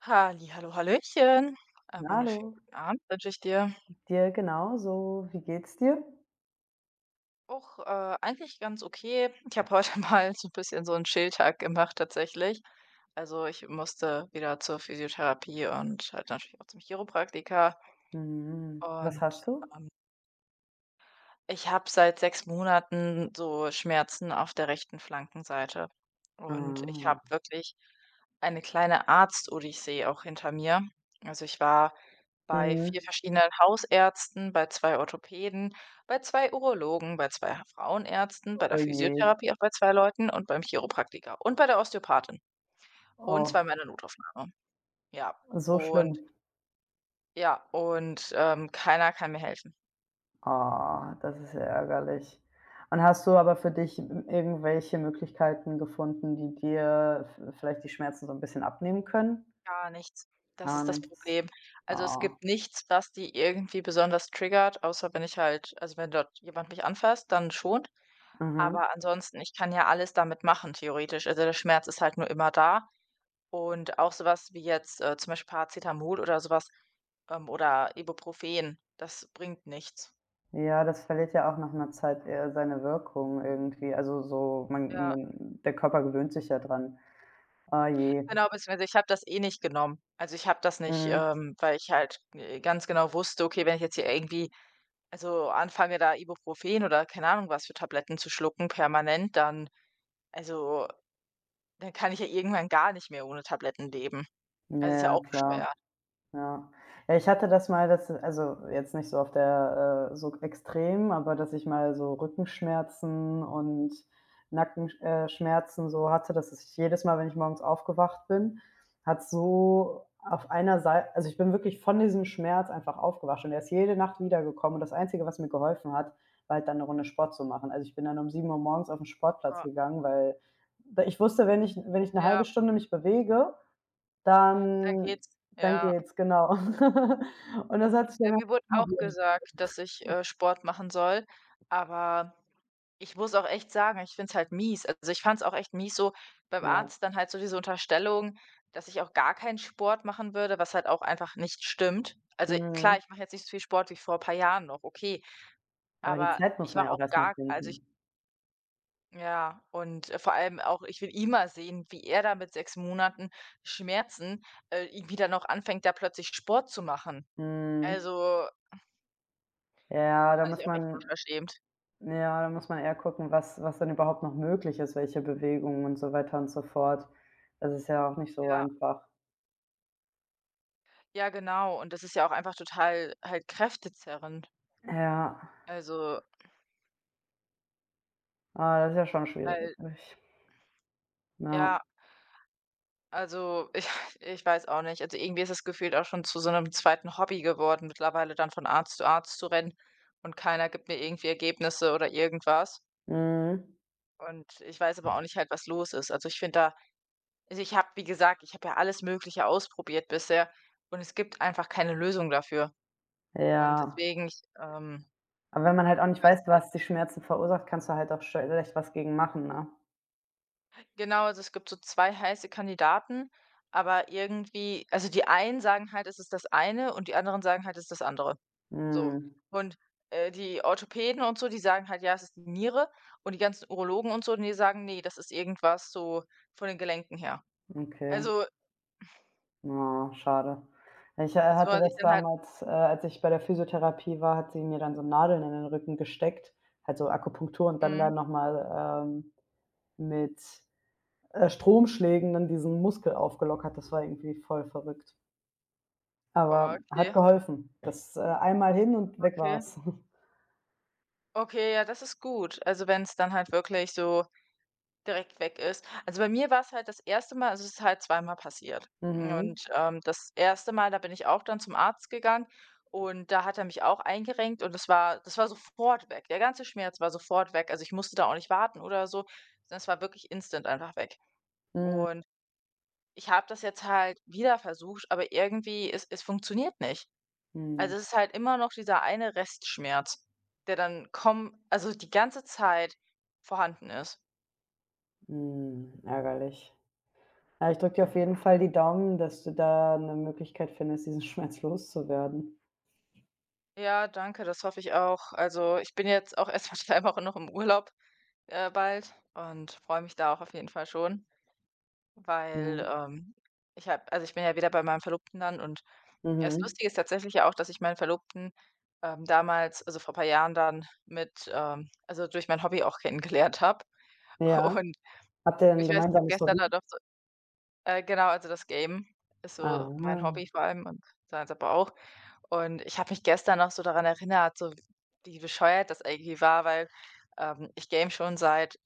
Halli, hallo, hallöchen. Einen wunderschönen Hallo, guten Abend wünsche ich dir. dir genauso. Wie geht's dir? Auch, eigentlich ganz okay. Ich habe heute mal so ein bisschen so einen Chill-Tag gemacht tatsächlich. Also, ich musste wieder zur Physiotherapie und halt natürlich auch zum Chiropraktiker Mhm. Was und, hast du? ähm ich habe seit 6 Monaten so Schmerzen auf der rechten Flankenseite und ich Ah. habe wirklich eine kleine Arzt-Odyssee auch hinter mir. Also, ich war bei 4 Mhm. verschiedenen Hausärzten, bei 2 Orthopäden, bei 2 Urologen, bei 2 Frauenärzten, bei Oh der je. Physiotherapie auch bei 2 Leuten und beim Chiropraktiker und bei der Osteopathin und Oh, zweimal in der Notaufnahme. Ja, so und schlimm. ja, und, keiner kann mir helfen. Ah, das ist ja ärgerlich. Und hast du aber für dich m irgendwelche Möglichkeiten gefunden, die dir v vielleicht die Schmerzen so ein bisschen abnehmen können? Gar nichts. Das Gar ist das nichts. Problem. Also, es Ah. gibt nichts, was die irgendwie besonders triggert, außer wenn ich halt also, wenn dort jemand mich anfasst, dann schon. Mhm. Aber ansonsten, ich kann ja alles damit machen theoretisch. Also, der Schmerz ist halt nur immer da. Und auch sowas wie jetzt, zum Beispiel Paracetamol oder sowas oder Ibuprofen, das bringt nichts. Ja, das verliert ja auch nach einer Zeit eher seine Wirkung irgendwie. Also, so man Ja, man der Körper gewöhnt sich ja dran. Oh je. genau, beziehungsweise ich habe das eh nicht genommen. Also, ich habe das nicht, Mhm. Weil ich halt, ganz genau wusste: „Okay, wenn ich jetzt hier irgendwie also, anfange da Ibuprofen oder keine Ahnung was für Tabletten zu schlucken permanent, dann also, dann kann ich ja irgendwann gar nicht mehr ohne Tabletten leben. Ja, Also, ist ja ja, auch klar, bescheuert. ja. Ja, ich hatte das mal, dass also, jetzt nicht so auf der so extrem, aber dass ich mal so Rückenschmerzen und Nackenschmerzen Schmerzen so hatte, dass ich jedes Mal, wenn ich morgens aufgewacht bin, hat so auf einer Sei also, ich bin wirklich von diesem Schmerz einfach aufgewacht, und der ist jede Nacht wiedergekommen, und das Einzige, was mir geholfen hat, war halt dann eine Runde Sport zu machen. Also, ich bin dann um sieben Uhr morgens auf den Sportplatz Ah, gegangen, weil da ich wusste, wenn ich eine ja, halbe Stunde mich bewege, dann dann geht's. Ja. geht's, genau. Und das hat sich Ja, dann halt mir wurde zum auch Hobby entwickelt, gesagt, dass ich, Sport machen soll, aber ich muss auch echt sagen, ich finde es halt mies. Also, ich fand es auch echt mies, so beim ja. Arzt dann halt so diese Unterstellung, dass ich auch gar keinen Sport machen würde, was halt auch einfach nicht stimmt. Also, klar, Mhm. ich mache jetzt nicht so viel Sport wie vor ein paar Jahren noch, okay. Aber die Aber Zeit muss ich man mache ja auch auch erst mal gar also, ich finden. ja, und, vor allem auch, ich will immer sehen, wie er da mit 6 Monaten Schmerzen, irgendwie dann noch anfängt, da plötzlich Sport zu machen. Mhm. Also, Ja, da fand muss ich auch echt man unverschämt. ja, da muss man eher gucken, was dann überhaupt noch möglich ist, welche Bewegungen und so weiter und so fort. Das ist ja auch nicht so Ja, einfach. ja, genau. Und das ist ja auch einfach total halt kräftezerrend. Ja, Also, ah, das ist ja schon schwierig. weil Ja. ja, also, ich ich weiß auch nicht. Also, irgendwie ist es gefühlt auch schon zu so einem zweiten Hobby geworden, mittlerweile dann von Arzt zu rennen und keiner gibt mir irgendwie Ergebnisse oder irgendwas. Mhm. Und ich weiß aber auch nicht halt, was los ist. Also, ich finde da also, ich habe wie gesagt, ich habe ja alles Mögliche ausprobiert bisher und es gibt einfach keine Lösung dafür. Und Ja. deswegen, ich, Aber wenn man halt auch nicht weiß weiß, es halt was die nicht. Schmerzen verursacht, kannst du halt auch schlecht was gegen machen, ne? Genau, also, es gibt so 2 heiße Kandidaten, aber irgendwie also, die einen sagen halt, es ist das eine und die anderen sagen halt, es ist das andere. So. Mhm. Und, die Orthopäden und so, die sagen halt: „Ja, es ist die Niere" und die ganzen Urologen und so, die sagen: „Nee, das ist irgendwas so von den Gelenken her." Okay. Also Oh, schade. Ich, äh, also, hatte was ich das dann halt damals, als ich bei der Physiotherapie war, hat sie mir dann so Nadeln in den Rücken gesteckt, halt so Akupunktur, und dann da mhm. noch mal, mit Stromschlägen dann diesen Muskel aufgelockert. Das war irgendwie voll verrückt. Boah, Aber hat okay, geholfen. Das einmal hin und weg okay. war's. Okay, ja, das ist gut. Also, wenn es dann halt wirklich so direkt weg ist. Also, bei mir war es halt das erste Mal also, es ist halt zweimal passiert. Mhm. Und, das erste Mal, da bin ich auch dann zum Arzt gegangen und da hat er mich auch eingerenkt und das war sofort weg. Der ganze Schmerz war sofort weg. Also, ich musste da auch nicht warten oder so. Das war wirklich instant einfach weg. Mhm. Und ich habe das jetzt halt wieder versucht, aber irgendwie es funktioniert nicht. Also, Mhm. es ist halt immer noch dieser eine Restschmerz, der dann komm also, die ganze Zeit vorhanden ist. Mhm. Ärgerlich. Ja, ich drücke dir auf jeden Fall die Daumen, dass du da eine Möglichkeit findest, diesen Schmerz loszuwerden. Ja, danke, das hoffe ich auch. Also, ich bin jetzt auch erstmal 2 Wochen noch im Urlaub, bald und freue mich da auch auf jeden Fall schon, Ja. weil, ich habe also, ich bin ja wieder bei meinem Verlobten dann und das Mhm. Lustige ist tatsächlich ja auch, dass ich meinen Verlobten, damals also, vor ein paar Jahren dann mit, also, durch mein Hobby auch kennengelernt habe Ja. und Habt ihr 'n ich weiß, ich habe gemeinsames gestern halt Hobby? auch so genau, also das Game ist so mein Ah, Hobby vor allem und seins aber auch. Und ich habe mich gestern noch so daran erinnert, so wie bescheuert das eigentlich war, weil, ich game schon seit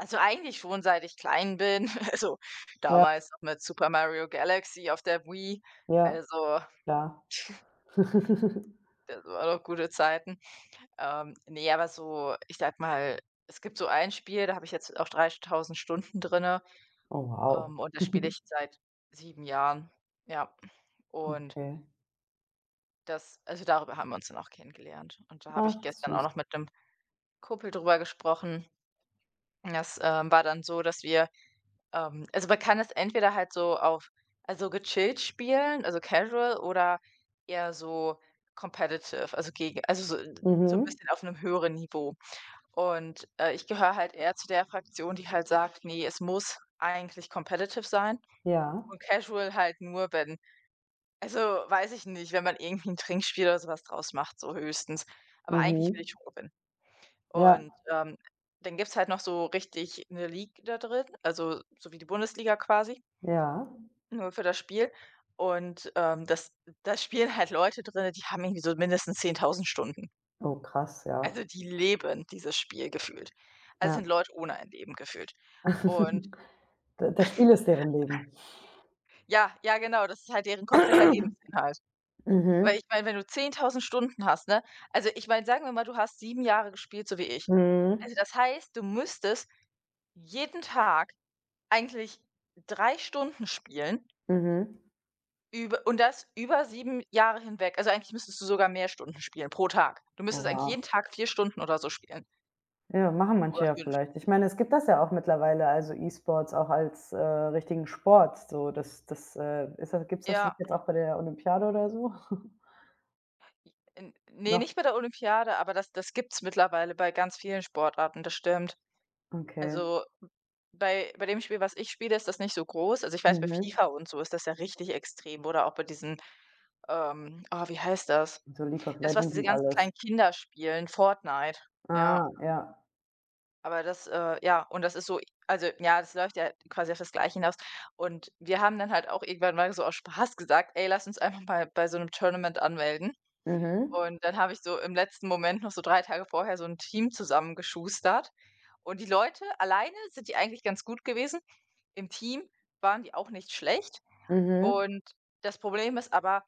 also eigentlich schon seit ich klein bin, also ja, damals noch mit Super Mario Galaxy auf der Wii. ja, Also, klar. das waren noch gute Zeiten. Ne, aber so, ich sag mal, es gibt so ein Spiel, da habe ich jetzt auch 3.000 Stunden drinne, Oh wow. Und das spiele ich seit 7 Jahren, ja. Und Okay. das also, darüber haben wir uns dann auch kennengelernt. Und da habe ich Ach gestern auch süß. noch mit 'nem Kumpel drüber gesprochen. Das, war dann so, dass wir, also, man kann es entweder halt so auf also, gechillt spielen, also, casual oder eher so competitive, also, gegen also, so 'n Mhm. bisschen auf einem höheren Niveau. Und, ich gehöre halt eher zu der Fraktion, die halt sagt: „Nee, es muss eigentlich competitive sein Ja. und casual halt nur, wenn also, weiß ich nicht, wenn man irgendwie 'n Trinkspiel oder so was draus macht, so höchstens." Aber eigentlich Mhm. will ich schon gewinnen. Ja, Und, dann gibt's halt noch so richtig 'ne League da drin, also so wie die Bundesliga quasi, ja. nur für das Spiel. Und, das da spielen halt Leute drin, die haben irgendwie so mindestens 10.000 Stunden. Oh krass, ja. Also, die leben dieses Spiel gefühlt. Also, Ja. sind Leute ohne ein Leben gefühlt. Und Da, das Spiel ist deren Leben. ja, ja genau, das ist halt deren kompletter Lebensinhalt. Weil Mhm. ich meine, wenn du 10.000 Stunden hast, ne? Also, ich meine, sagen wir mal, du hast 7 Jahre gespielt, so wie ich. Mhm. Also, das heißt, du müsstest jeden Tag eigentlich 3 Stunden spielen, Mhm. über und das über 7 Jahre hinweg. Also, eigentlich müsstest du sogar mehr Stunden spielen pro Tag. Du müsstest eigentlich Oha. jeden Tag 4 Stunden oder so spielen Ja, machen manche oder ja fünf. vielleicht. Ich meine, es gibt das ja auch mittlerweile, also E-Sports auch als richtigen Sport so. Das gibt's das Ja, nicht jetzt auch bei der Olympiade oder so? n ne, nicht bei der Olympiade, aber das gibt's mittlerweile bei ganz vielen Sportarten, das stimmt. Okay. Also, bei dem Spiel, was ich spiele, ist das nicht so groß. Also, ich weiß, bei Mhm. FIFA und so ist das ja richtig extrem oder auch bei diesen, oh, wie heißt das? So League of Das, was Legends diese und ganzen alles. kleinen Kinder spielen, Fortnite. Ja, Ah, ja. aber das, ja, und das ist so also, ja, das läuft ja quasi auf das Gleiche hinaus. Und wir haben dann halt auch irgendwann mal so aus Spaß gesagt: „Ey, lass uns einfach mal bei so einem Tournament anmelden." Mhm. Und dann habe ich so im letzten Moment noch so 3 Tage vorher so ein Team zusammengeschustert. Und die Leute alleine sind die eigentlich ganz gut gewesen. Im Team waren die auch nicht schlecht. Mhm. Und das Problem ist aber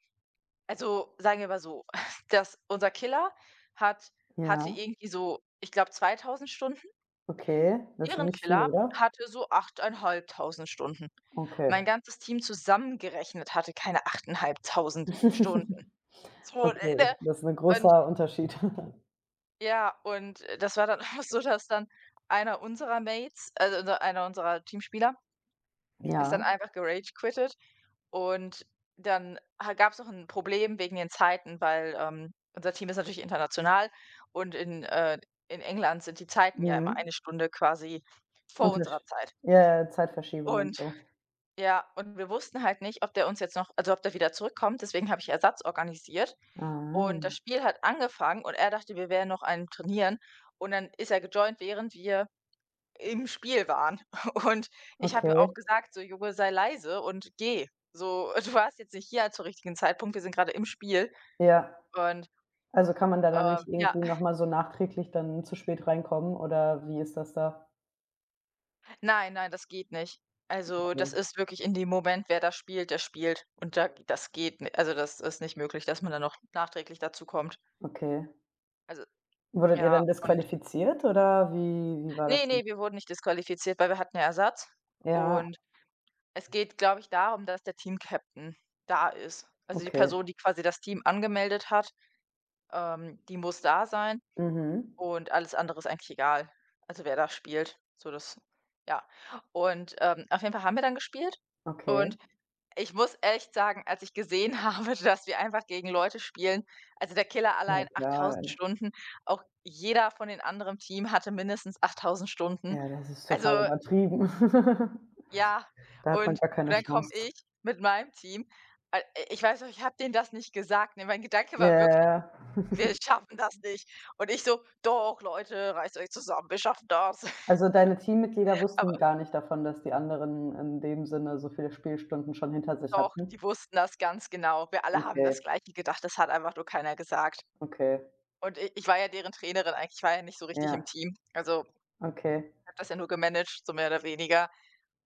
also, sagen wir mal so, dass unser Killer hat hatte Ja, irgendwie so, ich glaube, 2.000 Stunden. okay. Das ist Deren nicht viel, Killer oder? hatte so 8.500 Stunden. Okay. Mein ganzes Team zusammengerechnet hatte keine 8.500 Stunden. So, ne? Okay, das ist ein großer Unterschied. Ja, und, das war dann auch so, dass dann einer unserer Mates also unser einer unserer Teamspieler ist dann Ja. einfach gerage quittet und dann ha gab's noch ein Problem wegen den Zeiten, weil, unser Team ist natürlich international und in England sind die Zeiten ja immer Mhm. eine Stunde quasi vor unserer Untersch Zeit. ja, ja, Zeitverschiebung und Und so. ja, und wir wussten halt nicht, ob der uns jetzt noch also ob der wieder zurückkommt, deswegen habe ich Ersatz organisiert. Ah, Und das Spiel hat angefangen und er dachte, wir wären noch am Trainieren. Und dann ist er gejoint, während wir im Spiel waren. Und ich habe ihm okay. auch gesagt: „So, Junge, sei leise und geh. So, du warst jetzt nicht hier zum richtigen Zeitpunkt. Wir sind gerade im Spiel." Ja. Und, Also, kann man da dann nicht ja, irgendwie noch mal so nachträglich dann zu spät reinkommen, oder wie ist das da? nein, nein, das geht nicht. Also, das Okay, ist wirklich in dem Moment, wer da spielt, der spielt. Und da das geht ni also, das ist nicht möglich, dass man dann noch nachträglich dazu kommt. okay. Also, Wurdet ihr ja, dann und disqualifiziert, oder wie war das nee, denn? nee, wir wurden nicht disqualifiziert, weil wir hatten ja Ersatz. Ja. Und es geht, glaube ich, darum, dass der Team-Captain da ist. Also, die Okay. Person, die quasi das Team angemeldet hat, die muss da sein Mhm. und alles andere ist eigentlich egal. Also, wer da spielt, so das ja. Und, auf jeden Fall haben wir dann gespielt Okay. und ich muss echt sagen, als ich gesehen habe, dass wir einfach gegen Leute spielen also, der Killer Ja allein 8.000 klar, Stunden, auch jeder von den anderen Team hatte mindestens 8.000 Stunden. ja, das ist total Also übertrieben. ja, Da hat man und gar und keine dann komme Chance. ich mit meinem Team äh, ich weiß noch, ich habe denen das nicht gesagt, ne? Mein Gedanke Ja, war ja, wirklich: ja. „Wir schaffen das nicht." Und ich so: „Doch, Leute, reißt euch zusammen, wir schaffen das." Also, deine Teammitglieder wussten Aber gar nicht davon, dass die anderen in dem Sinne so viele Spielstunden schon hinter sich doch, die hatten? wussten das ganz genau. Wir alle haben das Okay, Gleiche gedacht, das hat einfach nur keiner gesagt. okay. Und i ich war ja deren Trainerin eigentlich, ich war ja nicht so richtig im Ja, Team. Also, ich okay. habe das ja nur gemanagt, so mehr oder weniger.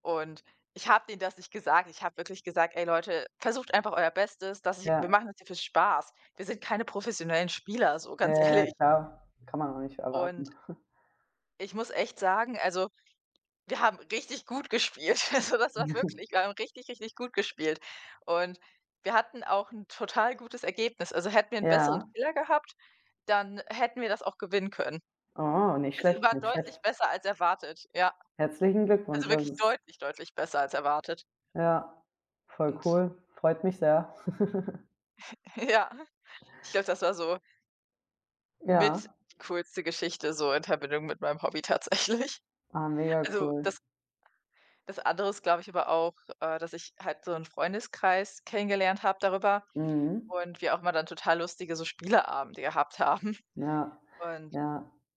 Und ich habe denen das nicht gesagt. Ich habe wirklich gesagt: „Ey Leute, versucht einfach euer Bestes, dass ich wir Ja, machen das hier für Spaß. Wir sind keine professionellen Spieler, so ja, ja, ganz ehrlich." ja, klar. Kann man auch nicht Und erwarten. ich muss echt sagen, also, wir haben richtig gut gespielt. Also, das war wirklich wir haben richtig, richtig gut gespielt. Und wir hatten auch ein total gutes Ergebnis. Also, hätten wir einen besseren Ja. Killer gehabt, dann hätten wir das auch gewinnen können. Oh, nicht Es schlecht, war nicht schlecht. deutlich besser als erwartet, ja. Herzlichen Glückwunsch. Also, Das wirklich ist deutlich, deutlich besser als erwartet. ja voll Und cool. Freut mich sehr. ja, ich glaube, das war so Ja. mit die coolste Geschichte so in Verbindung mit meinem Hobby tatsächlich. Ah, mega Also, cool. das andere ist, glaube ich, aber auch, dass ich halt so einen Freundeskreis kennengelernt habe darüber Mhm. und wir auch mal dann total lustige so Spieleabende gehabt haben. Ja, Und ja.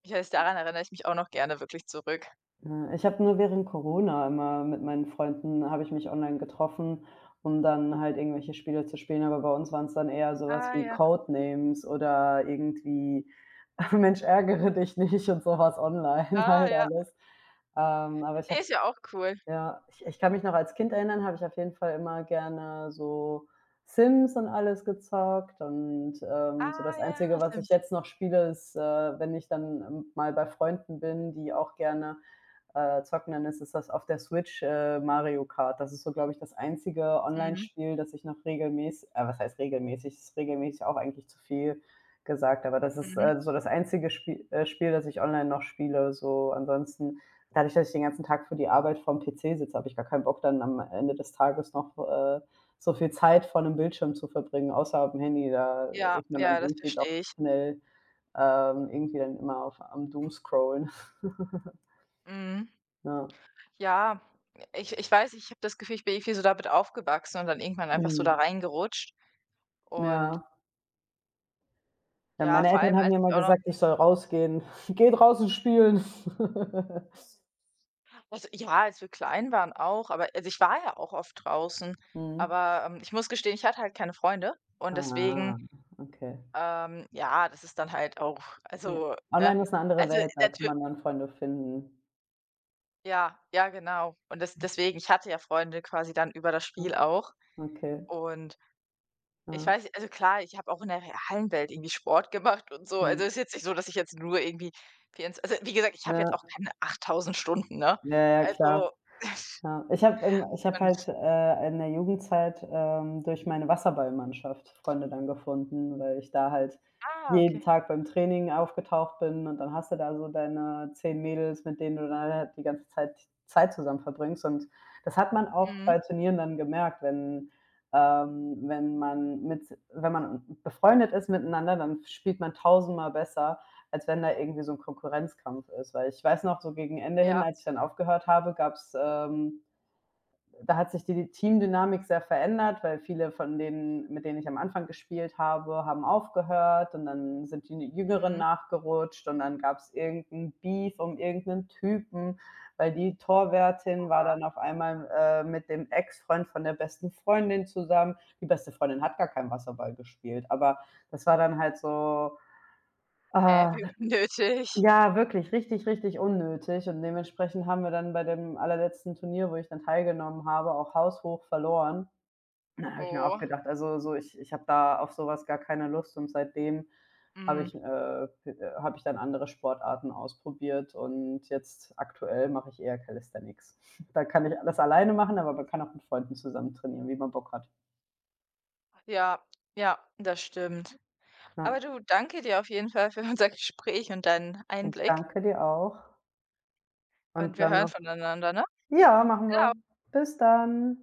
ich weiß, daran erinnere ich mich auch noch gerne wirklich zurück. Ja, ich habe nur während Corona immer mit meinen Freunden habe ich mich online getroffen, um dann halt irgendwelche Spiele zu spielen, aber bei uns waren es dann eher sowas Ah wie ja, Codenames oder irgendwie „Mensch, ärgere dich nicht“ und sowas online ah halt ja. alles. Aber ich habe Ne, ist ja auch cool. Ja, ich kann mich noch als Kind erinnern, habe ich auf jeden Fall immer gerne so Sims und alles gezockt, und, so Ah das ja, Einzige, was ich Sims. jetzt noch spiele, ist, wenn ich dann, mal bei Freunden bin, die auch gerne, zocken, dann ist es das auf der Switch, Mario Kart. Das ist so, glaube ich, das einzige Mhm, Online-Spiel, das ich noch regelmäßig. Was heißt regelmäßig? Ist regelmäßig auch eigentlich zu viel gesagt, aber das ist, mhm. äh, so das einzige Spiel, das ich online noch spiele. So ansonsten Dadurch, dass ich den ganzen Tag für die Arbeit vorm PC sitze, habe ich gar keinen Bock, dann am Ende des Tages noch, so viel Zeit vor 'nem Bildschirm zu verbringen, außer auf dem Handy. Da Ja, ist man dann ja, das irgendwie doch verstehe ich. schnell, irgendwie dann immer auf am Doomscrollen. Mhm. Ja. Ja, ich weiß, ich habe das Gefühl, ich bin irgendwie so damit aufgewachsen und dann irgendwann einfach so da Mhm. reingerutscht. Und Ja. Ja, ja, meine vor Eltern allem, haben als mir immer ich auch noch gesagt, ich soll rausgehen. „Geh draußen spielen.“ also, ja, als wir klein waren auch, aber also, ich war ja auch oft draußen, Mhm. aber, ich muss gestehen, ich hatte halt keine Freunde und deswegen, Ah, okay. Ja, das ist dann halt auch Ja. also, ne Online ist eine andere also, Welt, da kann natürlich man dann Freunde finden. ja, ja, genau. Und deswegen ich hatte ja Freunde quasi dann über das Ne? Spiel auch Okay. und ich Ja, weiß nicht, also, klar, ich habe auch in der realen Welt irgendwie Sport gemacht und so. ja. Also, es ist jetzt nicht so, dass ich jetzt nur irgendwie vierundzw also, wie gesagt, ich habe jetzt auch Ja. keine 8.000 Stunden, ne? Ja, ja, klar. Also, Ja. Ich habe halt, in der Jugendzeit, durch meine Wasserballmannschaft Freunde dann gefunden, weil ich da halt Ah, jeden okay. Tag beim Training aufgetaucht bin, und dann hast du da so deine 10 Mädels, mit denen du dann halt die ganze Zeit zusammen verbringst, und das hat man auch Mhm. bei Turnieren dann gemerkt, wenn man mit wenn man befreundet ist miteinander, dann spielt man tausendmal besser, als wenn da irgendwie so 'n Konkurrenzkampf ist. Weil ich weiß noch, so gegen Ende hin, Ja, als ich dann aufgehört habe, gab's da hat sich die Teamdynamik sehr verändert, weil viele von denen, mit denen ich am Anfang gespielt habe, haben, aufgehört und dann sind die Jüngeren mhm. nachgerutscht, und dann gab's irgend 'n Beef um irgend 'nen Typen, weil die Torwärtin war Ah. dann auf einmal, mit dem Ex-Freund von der besten Freundin zusammen. Die beste Freundin hat gar keinen Wasserball gespielt, aber das war dann halt so, Hä, ah wie unnötig. ja, wirklich, richtig, richtig unnötig, und dementsprechend haben wir dann bei dem allerletzten Turnier, wo ich dann teilgenommen habe, auch haushoch verloren. Da habe ich mir auch Oh, gedacht, also so, ich habe da auf sowas gar keine Lust, und seitdem habe mhm. ich, äh, habe ich dann andere Sportarten ausprobiert, und jetzt aktuell mache ich eher Calisthenics. Da kann ich alles alleine machen, aber man kann auch mit Freunden zusammen trainieren, wie man Bock hat. Ja, ja, das stimmt. Ja, Aber du, danke dir auf jeden Fall für unser Gespräch und deinen ich Einblick danke dir auch, und und wir dann hören noch. voneinander, ne? Ja, machen Ja. wir. Bis dann.